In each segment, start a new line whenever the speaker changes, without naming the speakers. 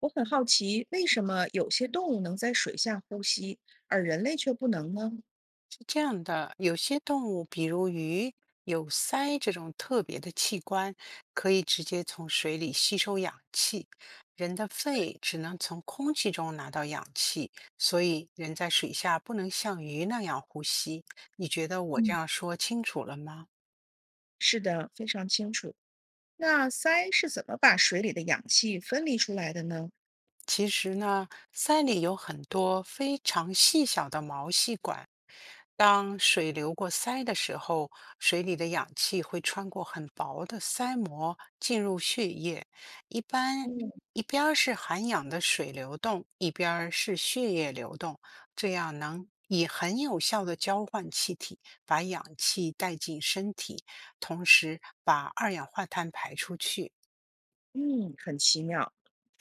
我很好奇，为什么有些动物能在水下呼吸，而人类却不能呢？
是这样的，有些动物，比如鱼，有鳃这种特别的器官，可以直接从水里吸收氧气。人的肺只能从空气中拿到氧气，所以人在水下不能像鱼那样呼吸。你觉得我这
嗯，
样说清楚了吗？
是的，非常清楚。那鳃是怎么把水里的氧气分离出来的呢？
其实呢，鳃里有很多非常细小的毛细管。当水流过鳃的时候，水里的氧气会穿过很薄的鳃膜进入血液。一般
哦，
一边儿是含氧的水流动，一边儿是血液流动，这样能以很有效的交换气体，把氧气带进身体，同时把二氧化碳排出去。
嗯，很奇妙。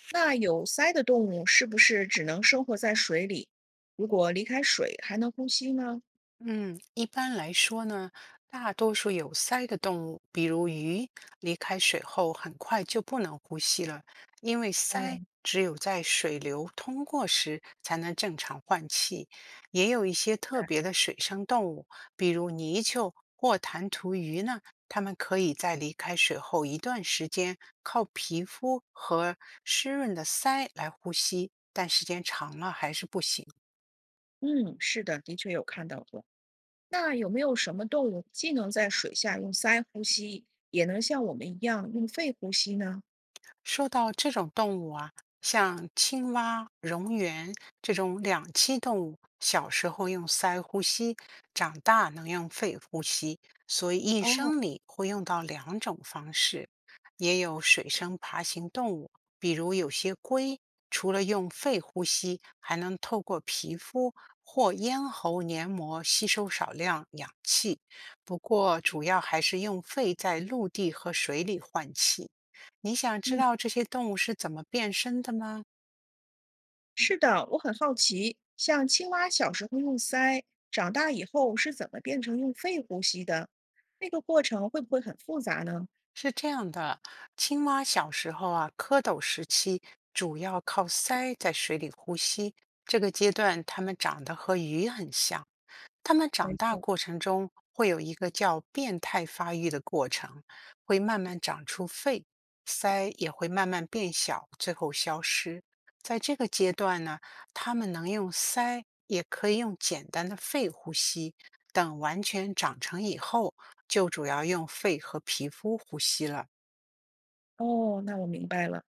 那有鳃的动物是不是只能生活在水里？如果离开水还能呼吸呢？
嗯，一般来说呢，大多数有鳃的动物，比如鱼，离开水后很快就不能呼吸了，因为
哦，
鳃只有在水流通过时才能正常换气。也有一些特别的水生动物，比如泥鳅或弹涂鱼呢，它们可以在离开水后一段时间，靠皮肤和湿润的鳃来呼吸，但时间长了还是不行。
嗯，是的，的确有看到过。那有没有什么动物既能在水下用鳃呼吸，也能像我们一样用肺呼吸呢？
说到这种动物啊，像青蛙、蝾螈这种两栖动物，小时候用鳃呼吸，长大能用肺呼吸，所以一
哦，
生
嗯。
里会用到两种方式。也有水生爬行动物，比如有些龟，除了用肺呼吸，还能透过皮肤或咽喉黏膜吸收少量氧气。不过，主要还是用肺在陆地和水里换气。你想知道这些动物是怎么变身的吗？
是的，我很好奇，像青蛙小时候用鳃，长大以后是怎么变成用肺呼吸的？那个过程会不会很复杂呢？
是这样的，青蛙小时候啊，蝌蚪时期主要靠鳃在水里呼吸，这个阶段它们长得和鱼很像。它们
没
长大
错。
过程中会有一个叫变态发育的过程，会慢慢长出肺，鳃也会慢慢变小，最后消失。在这个阶段呢，它们能用鳃，也可以用简单的肺呼吸。等完全长成以后，就主要用肺和皮肤呼吸了。
哦，那我明白了。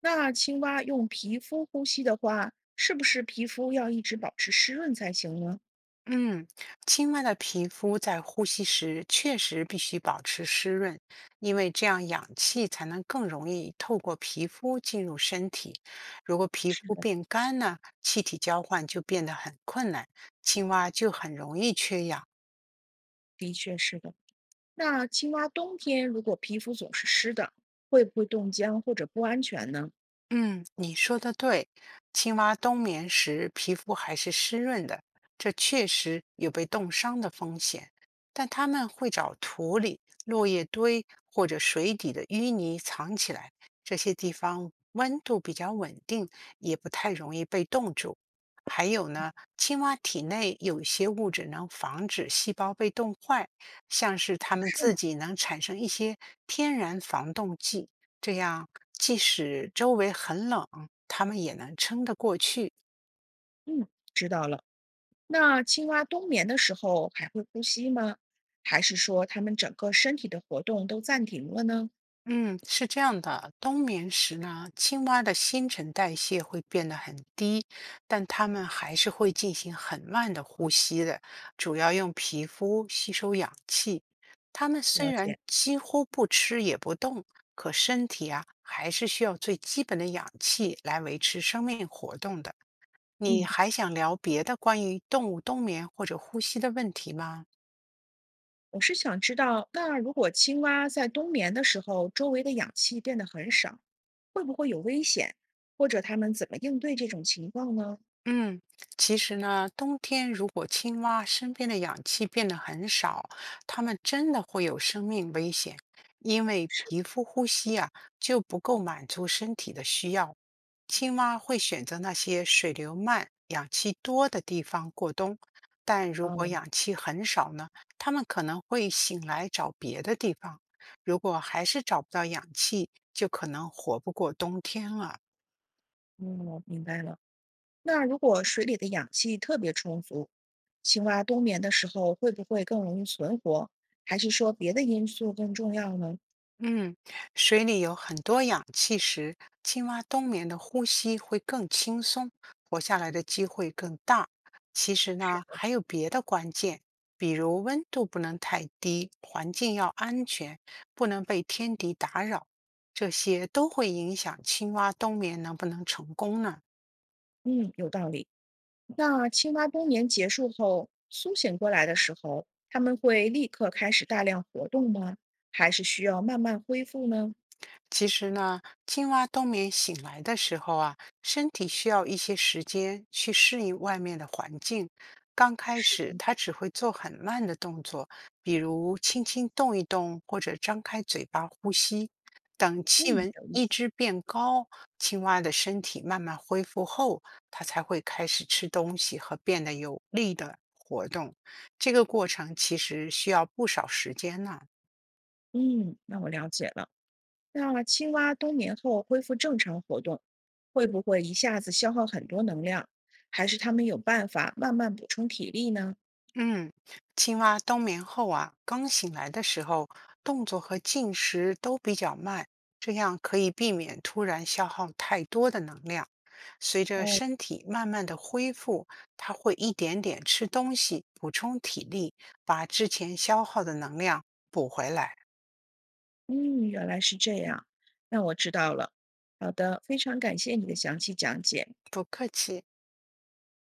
那青蛙用皮肤呼吸的话，是不是皮肤要一直保持湿润才行呢？
嗯，青蛙的皮肤在呼吸时确实必须保持湿润，因为这样氧气才能更容易透过皮肤进入身体。如果皮
是
肤
的，
变干呢，气体交换就变得很困难，青蛙就很容易缺氧。
的确是的。那青蛙冬天如果皮肤总是湿的，会不会冻僵或者不安全呢？
嗯，你说的对，青蛙冬眠时皮肤还是湿润的，这确实有被冻伤的风险。但它们会找土里、落叶堆或者水底的淤泥藏起来，这些地方温度比较稳定，也不太容易被冻住。还有呢，青蛙体内有一些物质能防止细胞被冻坏，像是它们自己能产生一些天然防冻剂。这样即使周围很冷，它们也能撑得过去。
嗯，知道了。那青蛙冬眠的时候还会呼吸吗？还是说它们整个身体的活动都暂停了呢？
嗯，是这样的，冬眠时呢，青蛙的新陈代谢会变得很低，但它们还是会进行很慢的呼吸的，主要用皮肤吸收氧气。它们虽
了
然
解，
几乎不吃也不动，可身体啊还是需要最基本的氧气来维持生命活动的。你
嗯，
还想聊别的关于动物冬眠或者呼吸的问题吗？
我是想知道，那如果青蛙在冬眠的时候，周围的氧气变得很少，会不会有危险？或者它们怎么应对这种情况呢？
嗯，其实呢，冬天如果青蛙身边的氧气变得很少，它们真的会有生命危险，因为
是，
皮肤呼吸啊就不够满足身体的需要。青蛙会选择那些水流慢、氧气多的地方过冬，但如果
嗯，
氧气很少呢，它们可能会醒来找别的地方。如果还是找不到氧气，就可能活不过冬天了。
嗯，我明白了。那如果水里的氧气特别充足，青蛙冬眠的时候会不会更容易存活？还是说别的因素更重要呢？
嗯，水里有很多氧气时，青蛙冬眠的呼吸会更轻松，活下来的机会更大。其实呢，还有别的关键，比如温度不能太低，环境要安全，不能被天敌打扰，这些都会影响青蛙冬眠能不能成功呢？
嗯，有道理。那青蛙冬眠结束后苏醒过来的时候，它们会立刻开始大量活动吗？还是需要慢慢恢复呢？
其实呢，青蛙冬眠醒来的时候啊，身体需要一些时间去适应外面的环境。刚开
是的，
始，它只会做很慢的动作，比如轻轻动一动，或者张开嘴巴呼吸。等气
嗯，
温
有意
一
思。
直变高，青蛙的身体慢慢恢复后，它才会开始吃东西和变得有力的活动。这个过程其实需要不少时间呢。
嗯，那我了解了。那青蛙冬眠后恢复正常活动，会不会一下子消耗很多能量？还是它们有办法慢慢补充体力呢？
嗯，青蛙冬眠后啊，刚醒来的时候，动作和进食都比较慢，这样可以避免突然消耗太多的能量。随着
哦，
身体慢慢的恢复，它会一点点吃东西补充体力，把之前消耗的能量补回来。
嗯，原来是这样。那我知道了。好的，非常感谢你的详细讲解。
不客气。